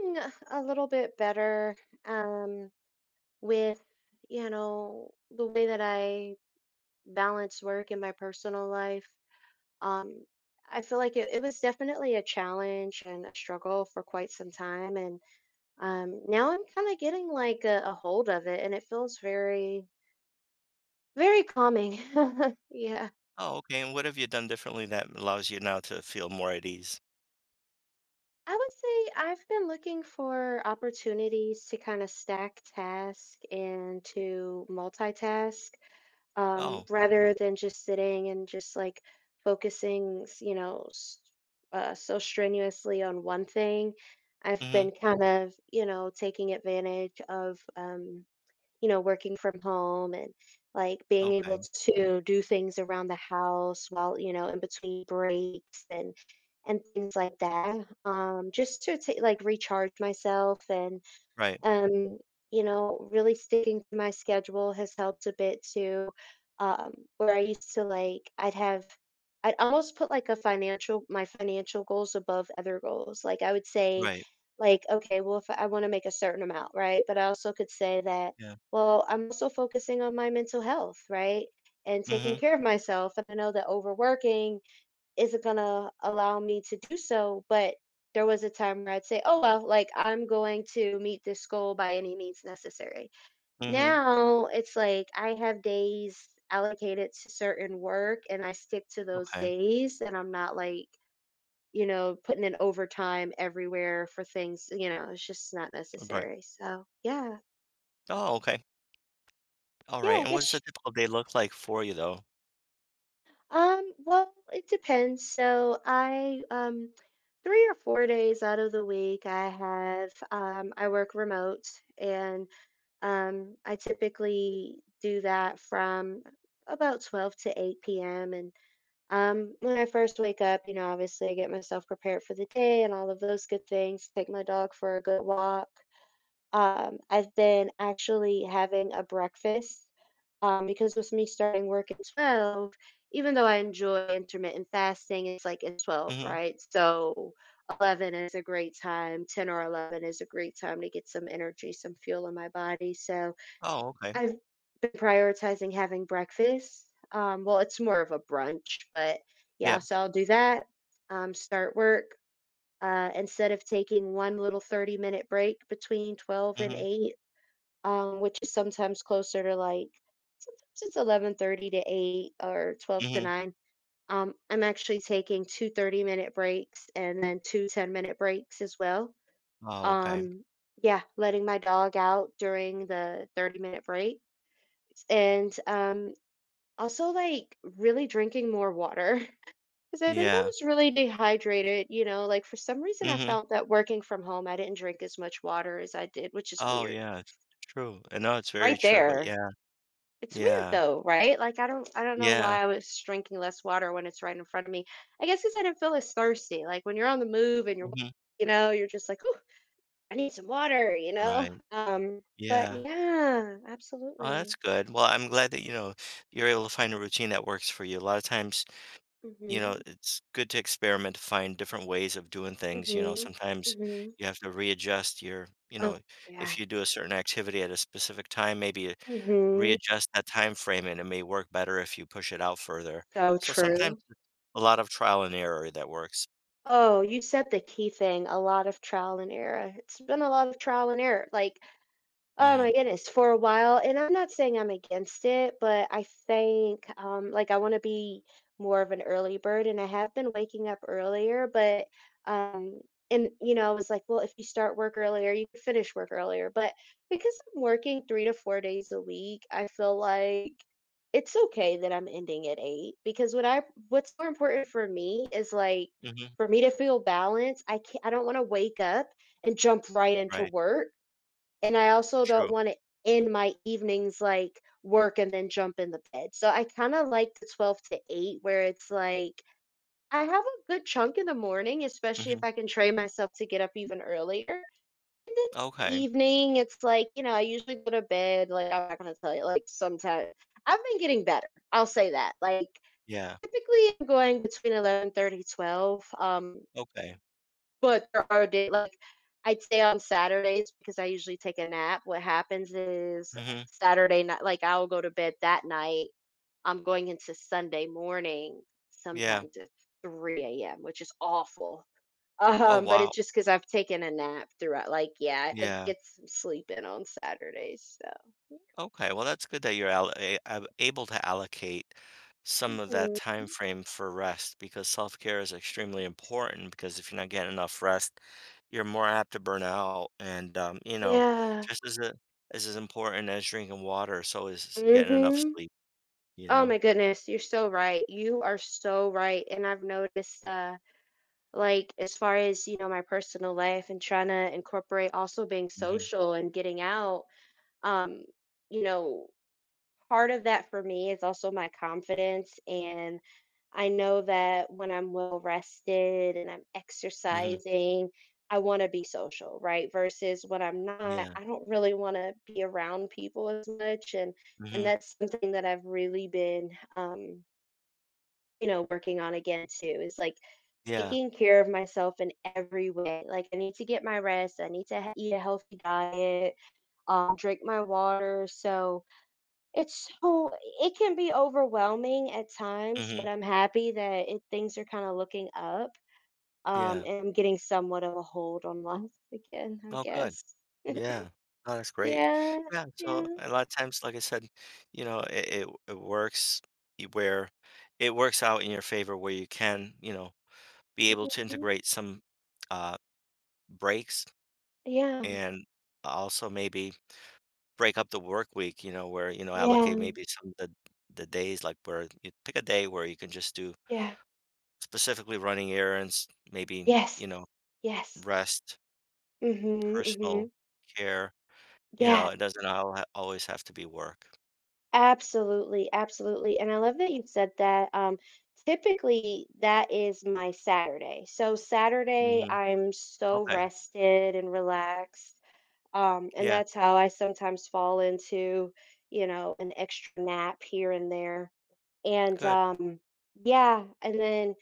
Feeling a little bit better, um, with, the way that I balance work and my personal life. Um, I feel like it was definitely a challenge and a struggle for quite some time. And now I'm kind of getting like a hold of it, and it feels very, very calming. Yeah. Oh, okay, and what have you done differently that allows you now to feel more at ease? I would say I've been looking for opportunities to kind of stack task and to multitask, Oh. rather than just sitting and just like focusing so strenuously on one thing. I've Mhm. been kind of, taking advantage of, working from home, and like being able Okay. to do things around the house while, in between breaks, and things like that. Just to like recharge myself, and Right, um, really sticking to my schedule has helped a bit too. Where I used to like, I'd almost put like a financial, my financial goals above other goals. Like I would say, right. like, okay, well, if I want to make a certain amount, right? But I also could say that, Yeah. well, I'm also focusing on my mental health, right? And taking Mhm. care of myself. And I know that overworking isn't gonna allow me to do so. But there was a time where I'd say, oh, well, like I'm going to meet this goal by any means necessary. Mhm. Now it's like I have days allocated to certain work and I stick to those Okay. days, and I'm not like, putting in overtime everywhere for things, it's just not Right. necessary. So, yeah. Oh, okay, Yeah, alright, I and what does a guess. typical day look like for you, though? Well, it depends. So I 3 or 4 days out of the week, I have, I work remote, and I typically do that from about 12 to 8 p.m. And when I first wake up, obviously I get myself prepared for the day and all of those good things, take my dog for a good walk. Have been actually having a breakfast, because with me starting work at 12, even though I enjoy intermittent fasting, it's like it's 12, Mhm. right? So 11 is a great time, 10 or 11 is a great time to get some energy, some fuel in my body. So Oh, okay. I've been prioritizing having breakfast. Well, it's more of a brunch, but Yeah. yeah, so I'll do that, start work. Instead of taking one little 30-minute break between 12 and Mhm. 8, which is sometimes closer to like sometimes it's 11:30 to 8 or 12 to Mhm. 9. I'm actually taking two 30-minute breaks and then two 10-minute breaks as well. Oh, okay. Um, yeah, letting my dog out during the 30-minute break, and also like really drinking more water. Because I think I Yeah. was really dehydrated. Like, for some reason I Mhm. felt that working from home I didn't drink as much water as I did, which is Oh, weird. yeah, it's true, I know it's very Right true, but there. yeah. It's weird Yeah. though, right? Like, I don't know Yeah. why I was drinking less water when it's right in front of me. I guess 'cause I didn't feel as thirsty, like, when you're on the move and you're Mhm. you know, you're just like, oh, I need some water," you know? Right. But Yeah. yeah, Oh, that's absolutely. good, well, I'm glad that, you know, you're able to find a routine that works for you. A lot of times, you know, Mm. it's good to experiment, to find different ways of doing things. You know, Mhm, mhm, sometimes mhm. you have to readjust your, Oh, if yeah. you do a certain activity at a specific time, maybe Mm. Mhm. readjust that time frame, and it may work better if you push it out further. So So sometimes true. it's a lot of trial and error that works. Oh, you said the key thing, a lot of trial and error. It's been a lot of trial and error, like, oh my Mhm. goodness, for a while, and I'm not saying I'm against it, but I think, like I want to be more of an early bird, and I have been waking up earlier, but um, and I was like, well, if you start work earlier, you can finish work earlier, but because I'm working 3 to 4 days a week, I feel like it's okay that I'm ending at 8, because what's more important for me is like Mhm. for me to feel balanced. I can't, I don't want to wake up and jump right into Right. work, and I also don't True. wanna end my evenings, like, work and then jump in the bed. So I kinda like the 12 to 8, where it's like, I have a good chunk in the morning, especially if Mhm. I can train myself to get up even earlier. And then Okay. evening, it's like, I usually go to bed, like, I'm not gonna tell you, like, sometimes I've been getting better, I'll say that. Like, Yeah. typically, I'm going between 11:30, 12. Okay. But there are days like, I'd say, on Saturdays, because I usually take a nap. What happens is, Mhm. Saturday night, like I'll go to bed that night. I'm going into Sunday morning, Yeah. sometimes at 3 a.m., which is awful. Oh, But wow. it's just because I've taken a nap throughout. Like, yeah, I Yeah. get some sleep in on Saturdays. So, Okay, well, that's good that you're al a ab able to allocate some of that mhm. time frame for rest, because self-care is extremely important. Because if you're not getting enough rest, you're more apt to burn out, and, you know, Yeah. just as a as important as drinking water, so is getting enough Hmm. sleep, you Oh know? my goodness, you're so right. You are so right. And I've noticed, like, as far as my personal life and trying to incorporate also being Mhm. social and getting out, um you know part of that for me is also my confidence, and I know that when I'm well rested and I'm Mhm. exercising, I want to be social, right? Versus when I'm not, Yeah. I don't really want to be around people as much, and Mhm. that's something that I've really been, um working on again too, is like Yeah. taking care of myself in every way. Like, I need to get my rest. I need to eat a healthy diet. Drink my water. So it can be overwhelming at times, Mhm. but I'm happy that things are kind of looking up. Yeah. And I'm getting somewhat of a hold on life again. I Oh, good. guess. Yeah. Oh, that's great. Yeah. Yeah, so Yeah. a lot of times, like I said, you know, it works where it works out in your favor where you can, you know, be able to Mm. integrate some uh breaks Yeah. and also maybe break up the work week. You know, where, you know, allocate Yeah. maybe some of the days, like where you pick a day where you can just do Yeah. specifically running errands, maybe, you Yes. know, Yes. rest, Mhm. personal Mhm. care, you know, Yeah. it doesn't always have to be work. Absolutely, absolutely. And I love that you said that. Typically, that is my Saturday. So, Saturday, Mm-hmm. I'm so Okay. rested and relaxed. And Yeah, that's how I sometimes fall into, an extra nap here and there. And good. Yeah, and then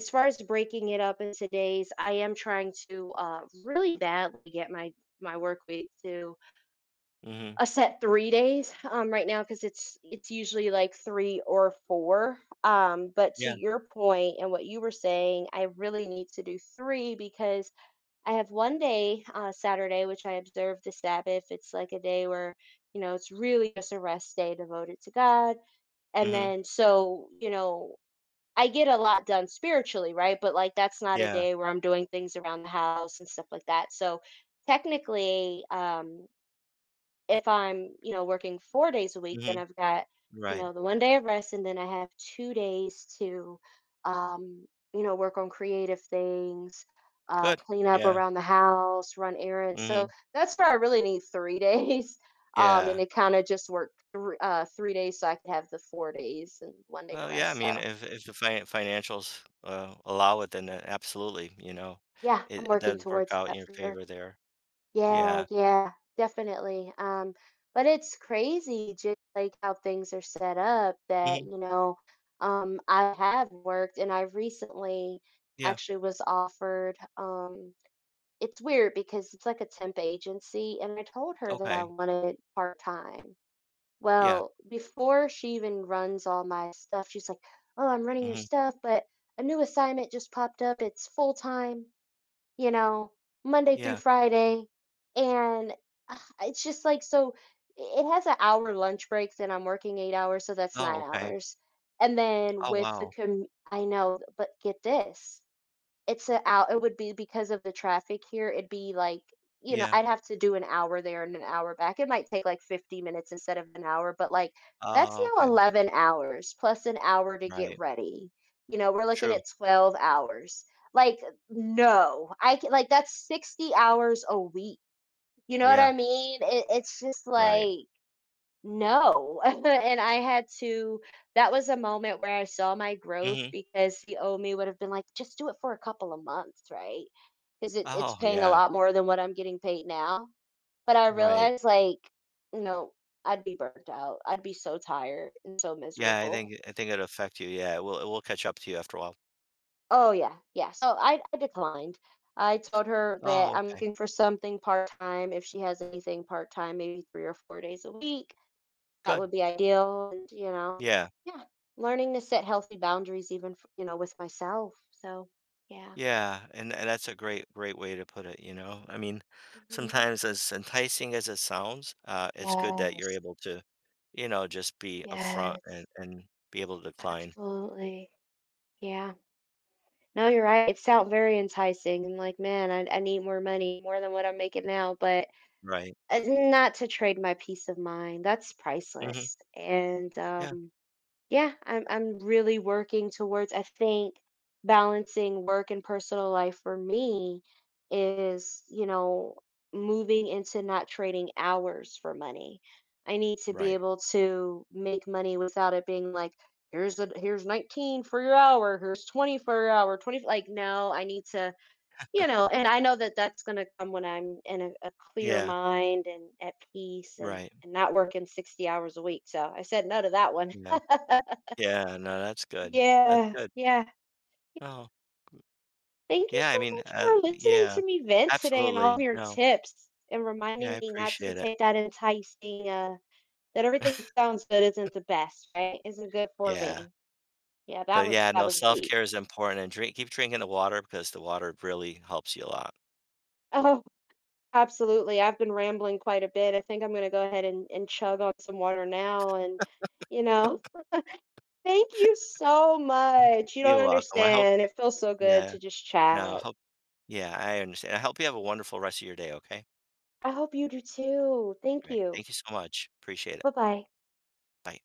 as far as breaking it up into days, I am trying to, really badly get my work week to Mhm. a set 3 days, right now, because it's usually like three or four. But, to Yeah. your point and what you were saying, I really need to do three, because I have one day, Saturday, which I observe the Sabbath. It's like a day where, it's really just a rest day devoted to God. And Mhm. then, so, I get a lot done spiritually, right? But like, that's not a Yeah. day where I'm doing things around the house and stuff like that. So, technically, if I'm, working 4 days a week, then Mhm. I've got, Right. The 1 day of rest, and then I have 2 days to, um, work on creative things, Good. clean up Yeah. around the house, run errands. So Mhm. that's where I really need 3 days, Yeah. and it kinda just worked thr 3 days so I could have the 4 days and 1 day of Well, yeah, I rest. mean, So if the financials, allow it, then, absolutely, you know, yeah, it I'm it does working work towards out in that your for sure. favor there. Yeah, Yeah. yeah, definitely. But it's crazy just like how things are set up, that, Mhm. I have worked. And I recently Yeah. actually was offered, it's weird, because it's like a temp agency, and I told her that I Okay. wanted part-time. Yeah. Well, before she even runs all my stuff, she's like, "Oh, I'm running your Mhm. stuff, but a new assignment just popped up. It's full-time." you know, Monday through Yeah. Friday. And it's just like, so it has an hour lunch breaks and I'm working 8 hours. So that's Oh, nine okay. hours. And then Oh, with the, wow. I know, but get this. It's a out. It would be because of the traffic here, it'd be like, Yeah. I'd have to do an hour there and an hour back. It might take, like, 50 minutes instead of an hour, but, like, that's Oh, now okay. 11 hours plus an hour to get Right. ready. We're looking True. at 12 hours. Like, no. I can like, that's 60 hours a week. You know what Yeah. I mean? It's just Right. like, no. And I had to that was a moment where I saw my growth, Mhm. because the Omi would have been like, "Just do it for a couple of months, right? Because it's Oh, paying a yeah. lot more than what I'm getting paid now," but I Right. realized, like, no, I'd be burnt out, I'd be so tired and so Yeah, miserable. I think it'll affect you. Yeah, it will catch up to you after a while. Oh, yeah, yeah, so I declined. I told her Oh, that I'm okay. looking for something part-time, if she has anything part-time, maybe 3 or 4 days a week. That Good. would be ideal, and, Yeah. yeah, learning to set healthy boundaries, even with myself, so, yeah. Yeah. And that's a great, great way to put it, you know? I mean, Mhm. sometimes as enticing as it sounds, it's good that you're Yes, able to, you know, just be upfront yes, and be able to decline. absolutely, yeah. No, you're right, it sounds very enticing, and like, man, I need more money, more than what I'm making now, but, Right. Not to trade my peace of mind, that's Hmm. priceless, and, Yeah. Yeah, I'm really working towards, I think, balancing work and personal life for me is, moving into not trading hours for money. I need to be Right. able to make money without it being like, here's 19 for your hour, here's 20 for your hour, 20, like no, I need to, and I know that that's going to come when I'm in a clear Yeah. mind and at peace, and Right. and not working 60 hours a week. So I said no to that one. Yeah. Yeah. No, that's good. That's Yeah, good. yeah. Yeah, Oh, Thank you yeah. I so mean, much for listening yeah, to me vent today, and all of absolutely. your No. tips, and Yeah, I reminding me not to appreciate it. take that enticing, that everything that sounds good isn't the best, right? Isn't good for Yeah. me. Yeah, that But was yeah, that no, was deep. self-care is important, and drink keep drinking the water, because the water really helps you a lot. Oh, absolutely. I've been rambling quite a bit. I think I'm gonna go ahead and chug on some water now, and you know, thank you so Mhm. much. You don't You're welcome. I hope understand. It feels so good Yeah. to just No, I chat. hope Yeah, I understand. I hope you have a wonderful rest of your day, okay? I hope you do too. Thank Great. you. Thank you so much. Appreciate it. Bye bye. Bye.